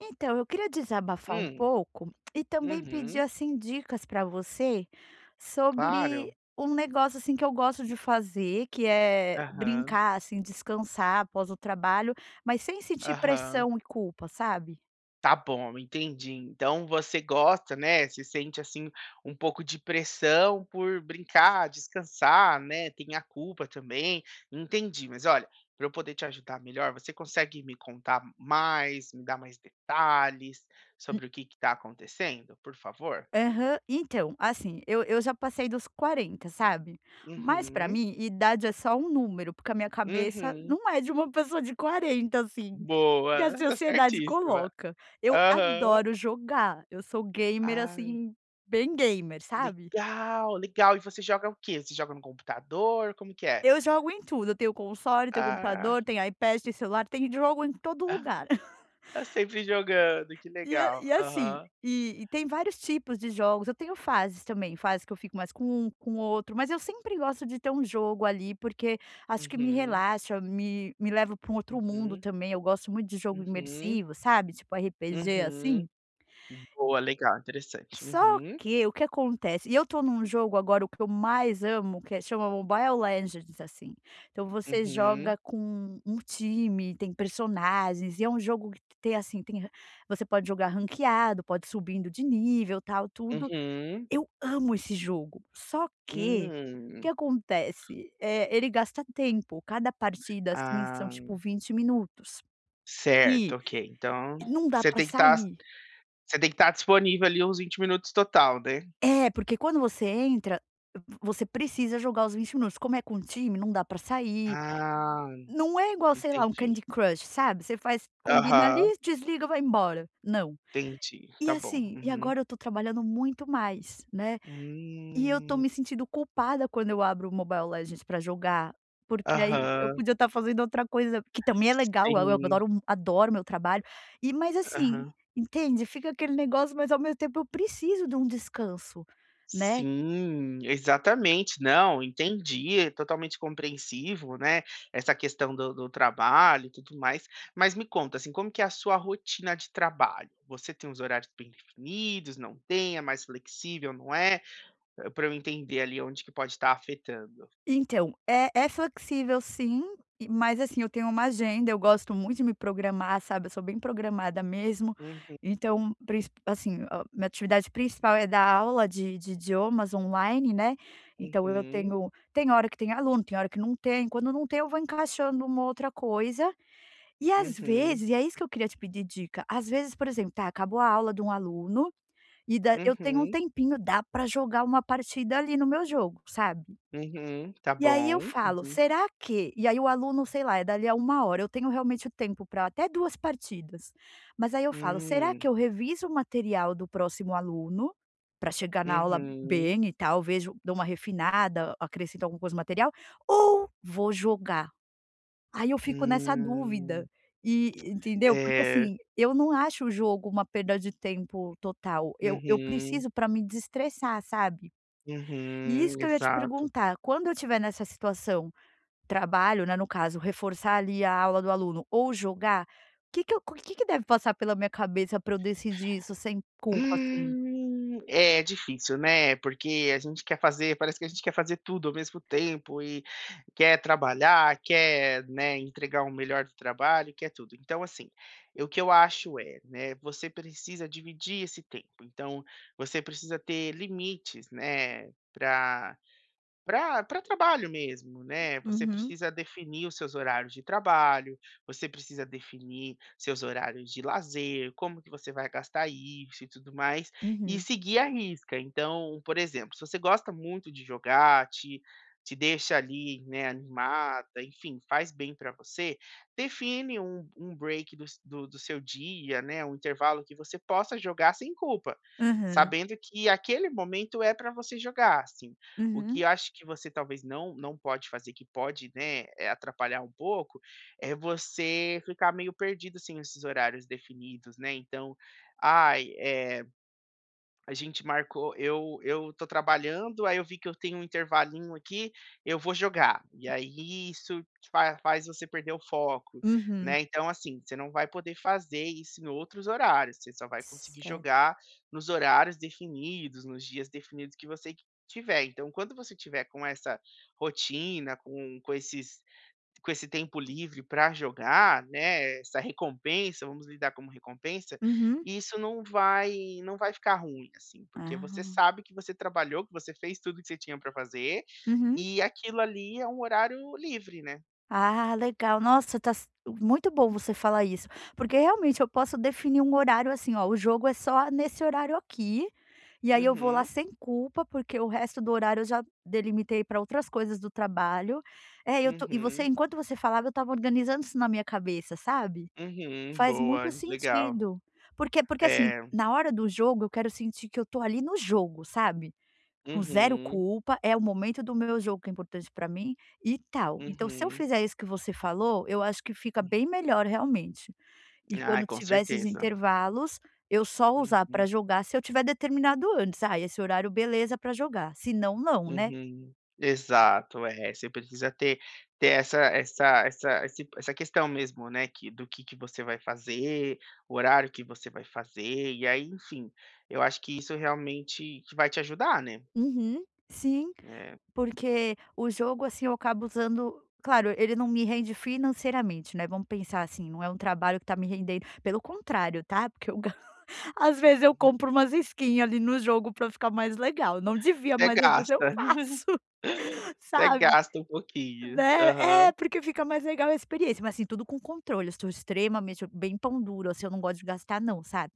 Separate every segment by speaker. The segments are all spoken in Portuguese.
Speaker 1: Então, eu queria desabafar um
Speaker 2: Hum,
Speaker 1: pouco e também pedir
Speaker 2: uhum,
Speaker 1: assim dicas para você sobre
Speaker 2: claro.
Speaker 1: um negócio assim que eu gosto de fazer, que é
Speaker 2: Aham,
Speaker 1: brincar, assim, descansar após o trabalho, mas sem sentir
Speaker 2: aham.
Speaker 1: pressão e culpa, sabe?
Speaker 2: Tá bom, entendi. Então você gosta, né, se sente, assim, um pouco de pressão por brincar, descansar, né, tem a culpa também, entendi. Mas olha, para eu poder te ajudar melhor, você consegue me contar mais, me dar mais detalhes sobre o que que tá acontecendo, por favor?
Speaker 1: Aham. Então, assim, eu já passei dos 40, sabe. Mas pra
Speaker 2: Uhum,
Speaker 1: mim, idade é só um número, porque a minha cabeça
Speaker 2: uhum.
Speaker 1: não é de uma pessoa de 40 assim, que a
Speaker 2: Boa, tá
Speaker 1: sociedade
Speaker 2: certíssima.
Speaker 1: coloca. Eu
Speaker 2: Aham.
Speaker 1: adoro jogar, eu sou gamer,
Speaker 2: Ah.
Speaker 1: assim, bem gamer, sabe.
Speaker 2: Legal, legal. E você joga o quê? Você joga no computador? Como que é?
Speaker 1: Eu jogo em tudo, eu tenho console, tenho
Speaker 2: Ah,
Speaker 1: computador, tenho iPad, tenho celular, tenho jogo em todo
Speaker 2: ah,
Speaker 1: lugar.
Speaker 2: tá sempre jogando, que
Speaker 1: E a
Speaker 2: legal.
Speaker 1: e assim,
Speaker 2: Aham.
Speaker 1: e e tem vários tipos de jogos, eu tenho fases também, fases que eu fico mais com um, com outro, mas eu sempre gosto de ter um jogo ali, porque acho que me
Speaker 2: Uhum,
Speaker 1: relaxa, me leva para um outro mundo
Speaker 2: uhum,
Speaker 1: também, eu gosto muito de jogo
Speaker 2: uhum,
Speaker 1: imersivo, sabe, tipo RPG, assim.
Speaker 2: uhum. Boa, legal, interessante.
Speaker 1: Só
Speaker 2: Uhum,
Speaker 1: que o que acontece e eu estou num jogo agora o que eu mais amo que é chama Mobile Legends, assim, então você
Speaker 2: uhum,
Speaker 1: joga com um time, tem personagens e é um jogo que tem assim, tem você pode jogar ranqueado, pode subindo de nível tal tudo.
Speaker 2: uhum.
Speaker 1: Eu amo esse jogo, só que, o que
Speaker 2: Hum.
Speaker 1: acontece, é ele gasta tempo, cada partida, assim, são
Speaker 2: Ah,
Speaker 1: tipo 20 minutos, e
Speaker 2: certo, ok. Então,
Speaker 1: não dá
Speaker 2: você
Speaker 1: pra
Speaker 2: tem que estar
Speaker 1: sair.
Speaker 2: você tem que estar disponível ali uns 20 minutos total, né?
Speaker 1: É, porque quando você entra, v você precisa jogar os 20 minutos. Como é com o time, não dá pra sair.
Speaker 2: Ah,
Speaker 1: Não é igual, sei lá, um
Speaker 2: entendi.
Speaker 1: Candy Crush, sabe, você faz combina ali,
Speaker 2: Aham,
Speaker 1: desliga, vai embora. Não.
Speaker 2: entendi.
Speaker 1: E
Speaker 2: Tá bom.
Speaker 1: assim, e
Speaker 2: Uhum.
Speaker 1: agora eu tô trabalhando muito mais, né, e eu tô
Speaker 2: Hum.
Speaker 1: me sentindo culpada quando eu abro o Mobile Legends pra jogar, porque aí eu
Speaker 2: Aham.
Speaker 1: podia estar fazendo outra coisa que também é legal, eu
Speaker 2: Sim.
Speaker 1: adoro adoro meu trabalho, mas assim,
Speaker 2: Aham.
Speaker 1: entende, fica aquele negócio, mas ao mesmo tempo eu preciso de um descanso, né.
Speaker 2: Sim, exatamente. Não, entendi, é totalmente compreensivo, né, essa questão do trabalho e tudo mais. Mas me conta, assim, como que é a sua rotina de trabalho? Você tem os horários bem definidos, não tem, é mais flexível, não é? Para eu entender ali onde que pode estar afetando.
Speaker 1: Então, é flexível sim, mas assim, eu tenho uma agenda, eu gosto muito de me programar, sabe, eu sou bem programada mesmo,
Speaker 2: Uhum.
Speaker 1: então, princi assim, a minha atividade principal é dar aula de idiomas online, né, então eu
Speaker 2: Uhum.
Speaker 1: tenho tem hora que tem aluno, tem hora que não tem, quando não tem eu vou encaixando uma outra coisa, e às
Speaker 2: Uhum.
Speaker 1: vezes e é isso que eu queria te pedir dica, às vezes, por exemplo, tá, acabou a aula de um aluno, e dá eu tenho um
Speaker 2: Uhum.
Speaker 1: tempinho, dá para jogar uma partida ali no meu jogo, sabe.
Speaker 2: Uhum. Tá
Speaker 1: E aí eu
Speaker 2: bom.
Speaker 1: falo:
Speaker 2: Uhum.
Speaker 1: "Será que", e aí o aluno, sei lá, é dali a uma hora, eu tenho realmente o tempo para até 2 partidas. Mas aí eu falo: "Será que
Speaker 2: Hum.
Speaker 1: eu reviso o material do próximo aluno, para chegar na aula
Speaker 2: Uhum.
Speaker 1: bem e tal, vejo dou uma refinada, acrescento alguma coisa no material, ou vou jogar?". Aí eu fico nessa dúvida,
Speaker 2: Hum,
Speaker 1: e entendeu? Porque
Speaker 2: é,
Speaker 1: assim, eu não acho o jogo uma perda de tempo total, eu
Speaker 2: uhum,
Speaker 1: preciso para me desestressar, sabe? E isso
Speaker 2: uhum,
Speaker 1: que eu ia te
Speaker 2: exato.
Speaker 1: perguntar, quando eu estiver nessa situação, trabalho, né, no caso, reforçar ali a aula do aluno ou jogar, o que que deve passar pela minha cabeça para eu decidir isso sem culpa, assim?
Speaker 2: É difícil, né, porque a gente quer fazer parece que a gente quer fazer tudo ao mesmo tempo e quer trabalhar, quer, né, entregar o melhor do trabalho, quer tudo. Então, assim, é o que eu acho é, né, você precisa dividir esse tempo, então você precisa ter limites, né, para Pra trabalho mesmo, né, você
Speaker 1: Uhum.
Speaker 2: precisa definir os seus horários de trabalho, você precisa definir seus horários de lazer, como que você vai gastar isso e tudo mais, e
Speaker 1: Uhum.
Speaker 2: seguir a risca. Então, por exemplo, se você gosta muito de jogar, te deixa ali, né, animada, enfim, faz bem para você, define um break do s do do seu dia, né, um intervalo que você possa jogar sem culpa,
Speaker 1: Aham.
Speaker 2: sabendo que aquele momento é para você jogar, assim. O que
Speaker 1: Uhum.
Speaker 2: eu acho que você talvez não pode fazer, que pode, né, atrapalhar um pouco, é você ficar meio perdido sem esses horários definidos, né, então, ai, a gente marcou eu tô trabalhando, aí eu vi que eu tenho um intervalinho aqui, eu vou jogar. E aí isso te fa faz você perder o foco,
Speaker 1: Uhum. Uhum.
Speaker 2: né, então, assim, você não vai poder fazer isso em outros horários, você só vai conseguir
Speaker 1: Certo.
Speaker 2: jogar nos horários definidos, nos dias definidos que você tiver. Então, quando você tiver com essa rotina, com esse tempo livre para jogar, né, essa recompensa, vamos lidar como recompensa,
Speaker 1: Uhum.
Speaker 2: e isso não vai ficar ruim, assim, porque você
Speaker 1: Ah.
Speaker 2: sabe que você trabalhou, que você fez tudo que você tinha para fazer,
Speaker 1: Uhum.
Speaker 2: e aquilo ali é um horário livre, né.
Speaker 1: Ah, legal. Nossa, tá s muito bom você falar isso, porque realmente eu posso definir um horário assim, ó, o jogo é só nesse horário aqui, e aí eu vou lá
Speaker 2: Uhum,
Speaker 1: sem culpa, porque o resto do horário eu já delimitei para outras coisas do trabalho. É, eu tô e você
Speaker 2: uhum,
Speaker 1: enquanto você falava eu estava organizando isso na minha cabeça, sabe.
Speaker 2: uhum,
Speaker 1: Faz
Speaker 2: boa,
Speaker 1: muito
Speaker 2: legal.
Speaker 1: sentido. Porque assim,
Speaker 2: É,
Speaker 1: na hora do jogo eu quero sentir que eu tô ali no jogo, sabe. Com zero
Speaker 2: uhum,
Speaker 1: culpa, é o momento do meu jogo que é importante para mim e tal. Então se eu
Speaker 2: uhum.
Speaker 1: fizer isso que você falou, eu acho que fica bem melhor realmente. E
Speaker 2: Ah,
Speaker 1: quando
Speaker 2: com
Speaker 1: tiver esses
Speaker 2: certeza.
Speaker 1: intervalos, eu só usar para
Speaker 2: Uhum.
Speaker 1: jogar se eu tiver determinado antes. "Ah, esse horário beleza para jogar", se não, não, né?
Speaker 2: Uhum. Exato, é, você precisa ter essa questão mesmo, né, que você vai fazer, o horário que você vai fazer, e aí, enfim, eu acho que isso realmente que vai te ajudar, né.
Speaker 1: Uhum. Sim,
Speaker 2: É,
Speaker 1: porque o jogo, assim, eu acabo usando claro, ele não me rende financeiramente, né, vamos pensar assim, não é um trabalho que tá me rendendo, pelo contrário, tá. porque eu Às vezes eu compro umas skin ali no jogo pra ficar mais legal, não devia,
Speaker 2: até
Speaker 1: mas às vezes eu
Speaker 2: gasta,
Speaker 1: faço,
Speaker 2: até
Speaker 1: sabe,
Speaker 2: gasta um pouquinho.
Speaker 1: né.
Speaker 2: Aham,
Speaker 1: É, porque fica mais legal a experiência, mas assim, tudo com controle, eu sou extremamente bem pão duro, assim, eu não gosto de gastar não, sabe.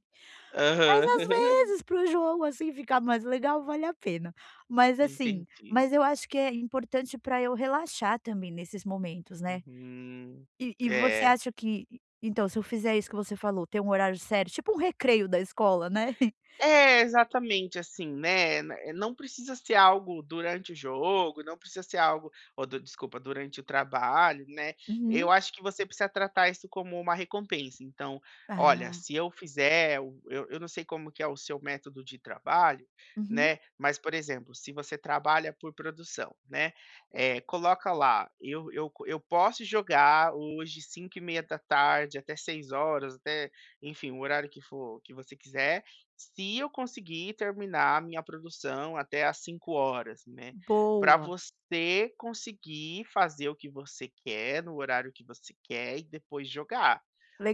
Speaker 1: Mas
Speaker 2: aham.
Speaker 1: às vezes pro jogo, assim, ficar mais legal, vale a pena. Mas assim,
Speaker 2: Entendi.
Speaker 1: mas eu acho que é importante pra eu relaxar também nesses momentos, né.
Speaker 2: Uhum.
Speaker 1: E você
Speaker 2: É.
Speaker 1: acha que então se eu fizer isso que você falou, ter um horário sério, tipo um recreio da escola, né.
Speaker 2: É, exatamente, assim, né, não precisa ser algo durante o jogo, não precisa ser algo ou du desculpa, durante o trabalho, né. Eu
Speaker 1: Uhum.
Speaker 2: acho que você precisa tratar isso como uma recompensa, então: "Olha,
Speaker 1: Ah.
Speaker 2: se eu fizer o" eu não sei como que é o seu método de trabalho,
Speaker 1: Uhum.
Speaker 2: né, mas, por exemplo, se você trabalha por produção, né, coloca lá: "Eu posso jogar hoje 5h30 da tarde até 6 horas, até" enfim, o horário que for que você quiser, se eu conseguir terminar a minha produção até às 5 horas, né, para
Speaker 1: Boa,
Speaker 2: você conseguir fazer o que você quer, no horário que você quer e depois jogar,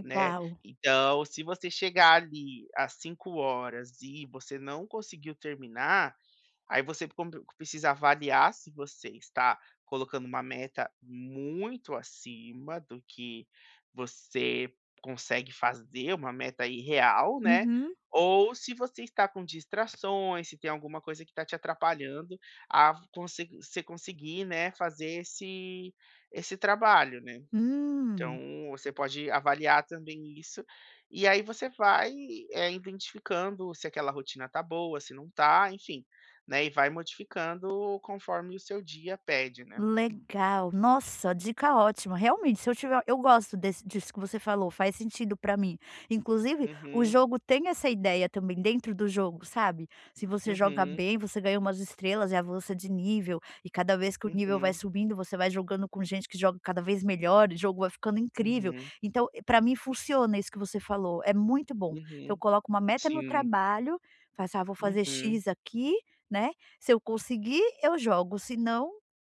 Speaker 2: né. Então, se você chegar ali às 5 horas e você não conseguiu terminar, Aí você com precisa avaliar se você está colocando uma meta muito acima do que você consegue fazer, uma meta irreal, né,
Speaker 1: Uhum.
Speaker 2: ou se você está com distrações, se tem alguma coisa que está te atrapalhando a conse você conseguir, né, fazer esse trabalho, né. Então,
Speaker 1: Hum.
Speaker 2: você pode avaliar também isso, e aí você vai, é identificando se aquela rotina tá boa, se não tá, enfim, né, e vai modificando conforme o seu dia pede, né.
Speaker 1: Legal, nossa, dica ótima. Realmente, se eu tiver eu gosto desse disso que você falou, faz sentido pra mim. Inclusive, o
Speaker 2: Uhum,
Speaker 1: jogo tem essa ideia também dentro do jogo, sabe. Se você joga
Speaker 2: uhum,
Speaker 1: bem, você ganha umas estrelas e avança de nível, e cada vez que o nível vai
Speaker 2: uhum,
Speaker 1: subindo, você vai jogando com gente que joga cada vez melhor, o jogo vai ficando incrível.
Speaker 2: uhum,
Speaker 1: Então, pra mim funciona isso que você falou, é muito bom. Então eu
Speaker 2: uhum,
Speaker 1: coloco uma meta no
Speaker 2: sim,
Speaker 1: trabalho, faço: "Ah, vou fazer
Speaker 2: uhum.
Speaker 1: X aqui", né. Se eu conseguir, eu jogo, se não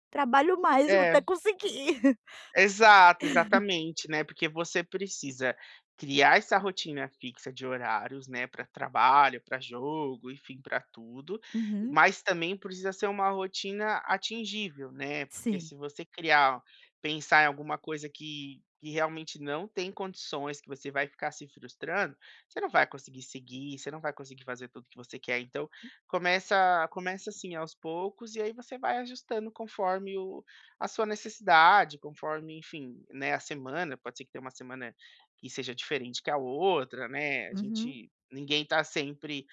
Speaker 1: trabalho mais, vou
Speaker 2: É.
Speaker 1: até conseguir.
Speaker 2: Exato, exatamente, né, porque você precisa criar essa rotina fixa de horários, né, para trabalho, para jogo, enfim, para tudo,
Speaker 1: Uhum,
Speaker 2: mas também precisa ser uma rotina atingível, né, porque
Speaker 1: sim.
Speaker 2: se você criar pensar em alguma coisa que realmente não tem condições, que você vai ficar se frustrando, você não vai conseguir seguir, você não vai conseguir fazer tudo que você quer, então começa assim aos poucos e aí você vai ajustando conforme o a sua necessidade, conforme, enfim, né, a semana, pode ser que tenha uma semana que seja diferente que a outra, né? A
Speaker 1: Uhum.
Speaker 2: gente ninguém tá sempre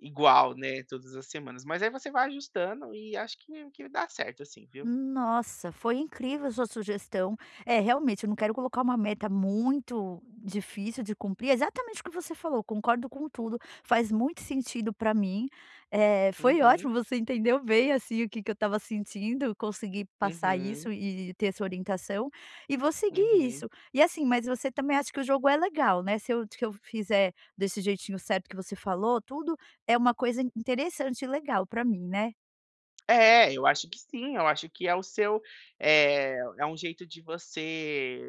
Speaker 2: igual, né, todas as semanas, mas aí você vai ajustando e acho que dá certo assim, viu?
Speaker 1: Nossa, foi incrível a sua sugestão. É, realmente, eu não quero colocar uma meta muito difícil de cumprir. É exatamente o que você falou, concordo com tudo, faz muito sentido para mim. Foi
Speaker 2: Uhum,
Speaker 1: ótimo, você entendeu bem, assim, o que que eu estava sentindo, consegui passar
Speaker 2: uhum,
Speaker 1: isso e ter essa orientação, e vou seguir
Speaker 2: uhum.
Speaker 1: isso. E assim, mas você também acha que o jogo é legal, né, se eu fizer desse jeitinho certo que você falou, tudo, é uma coisa interessante e legal para mim, né?
Speaker 2: É, eu acho que sim, eu acho que é o seu, é um jeito de você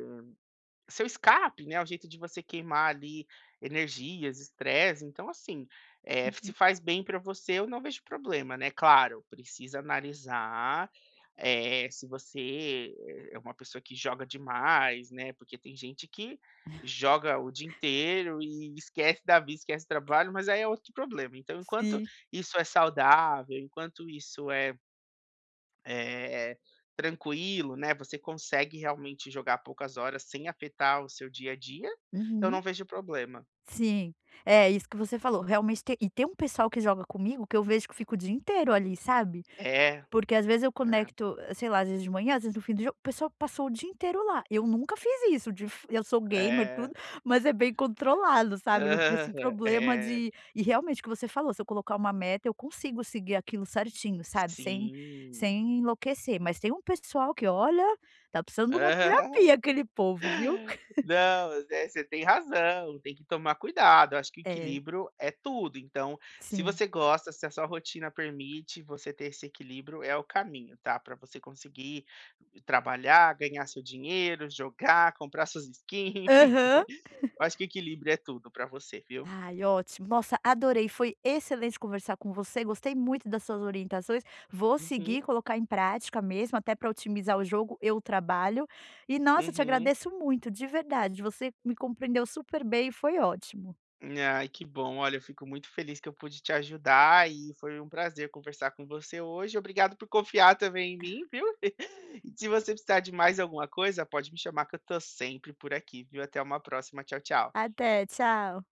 Speaker 2: seu escape, né, o jeito de você queimar ali energias, estresse, então assim, se
Speaker 1: Uhum.
Speaker 2: faz bem para você, eu não vejo problema, né, claro, precisa analisar, se você é uma pessoa que joga demais, né, porque tem gente que joga o dia inteiro e esquece da vida, esquece do trabalho, mas aí é outro problema, então enquanto
Speaker 1: Sim.
Speaker 2: isso é saudável, enquanto isso é eh, tranquilo, né, você consegue realmente jogar poucas horas sem afetar o seu dia a dia, eu
Speaker 1: Uhum.
Speaker 2: não vejo problema.
Speaker 1: Sim. É, isso que você falou, realmente tem um pessoal que joga comigo que eu vejo que fica o dia inteiro ali, sabe.
Speaker 2: É,
Speaker 1: Porque às vezes eu
Speaker 2: é,
Speaker 1: conecto, sei lá, às vezes de manhã, às vezes no fim do jogo, o pessoal passou o dia inteiro lá. Eu nunca fiz isso de f eu sou gamer
Speaker 2: é.
Speaker 1: tudo, mas é bem controlado, sabe, não tem
Speaker 2: Aham,
Speaker 1: esse problema
Speaker 2: é.
Speaker 1: de e realmente o que você falou, se eu colocar uma meta eu consigo seguir aquilo certinho, sabe, sem
Speaker 2: Sim.
Speaker 1: sem enlouquecer. Mas tem um pessoal que olha, tá precisando de uma terapia
Speaker 2: Aham.
Speaker 1: aquele povo, viu.
Speaker 2: Não, né, você tem razão, tem que tomar cuidado. Eu acho que
Speaker 1: É,
Speaker 2: equilíbrio é tudo. Então, se
Speaker 1: sim.
Speaker 2: você gosta, se a sua rotina permite você ter esse equilíbrio, é o caminho, tá? Para você conseguir trabalhar, ganhar seu dinheiro, jogar, comprar suas skins, enfim.
Speaker 1: Aham.
Speaker 2: Eu acho que equilíbrio é tudo para você, viu?
Speaker 1: Ai, ótimo. Nossa, adorei. Foi excelente conversar com você. Gostei muito das suas orientações. Vou seguir,
Speaker 2: Uhum,
Speaker 1: colocar em prática mesmo, até para otimizar o jogo e o trabalho. E nossa, te
Speaker 2: uhum.
Speaker 1: agradeço muito, de verdade. Você me compreendeu super bem e foi ótimo.
Speaker 2: Ai, que bom. Olha, eu fico muito feliz que eu pude te ajudar e foi um prazer conversar com você hoje. Obrigado por confiar também em mim, viu? E se você precisar de mais alguma coisa, pode me chamar que eu tô sempre por aqui, viu? Até uma próxima. Tchau, tchau.
Speaker 1: Até, tchau.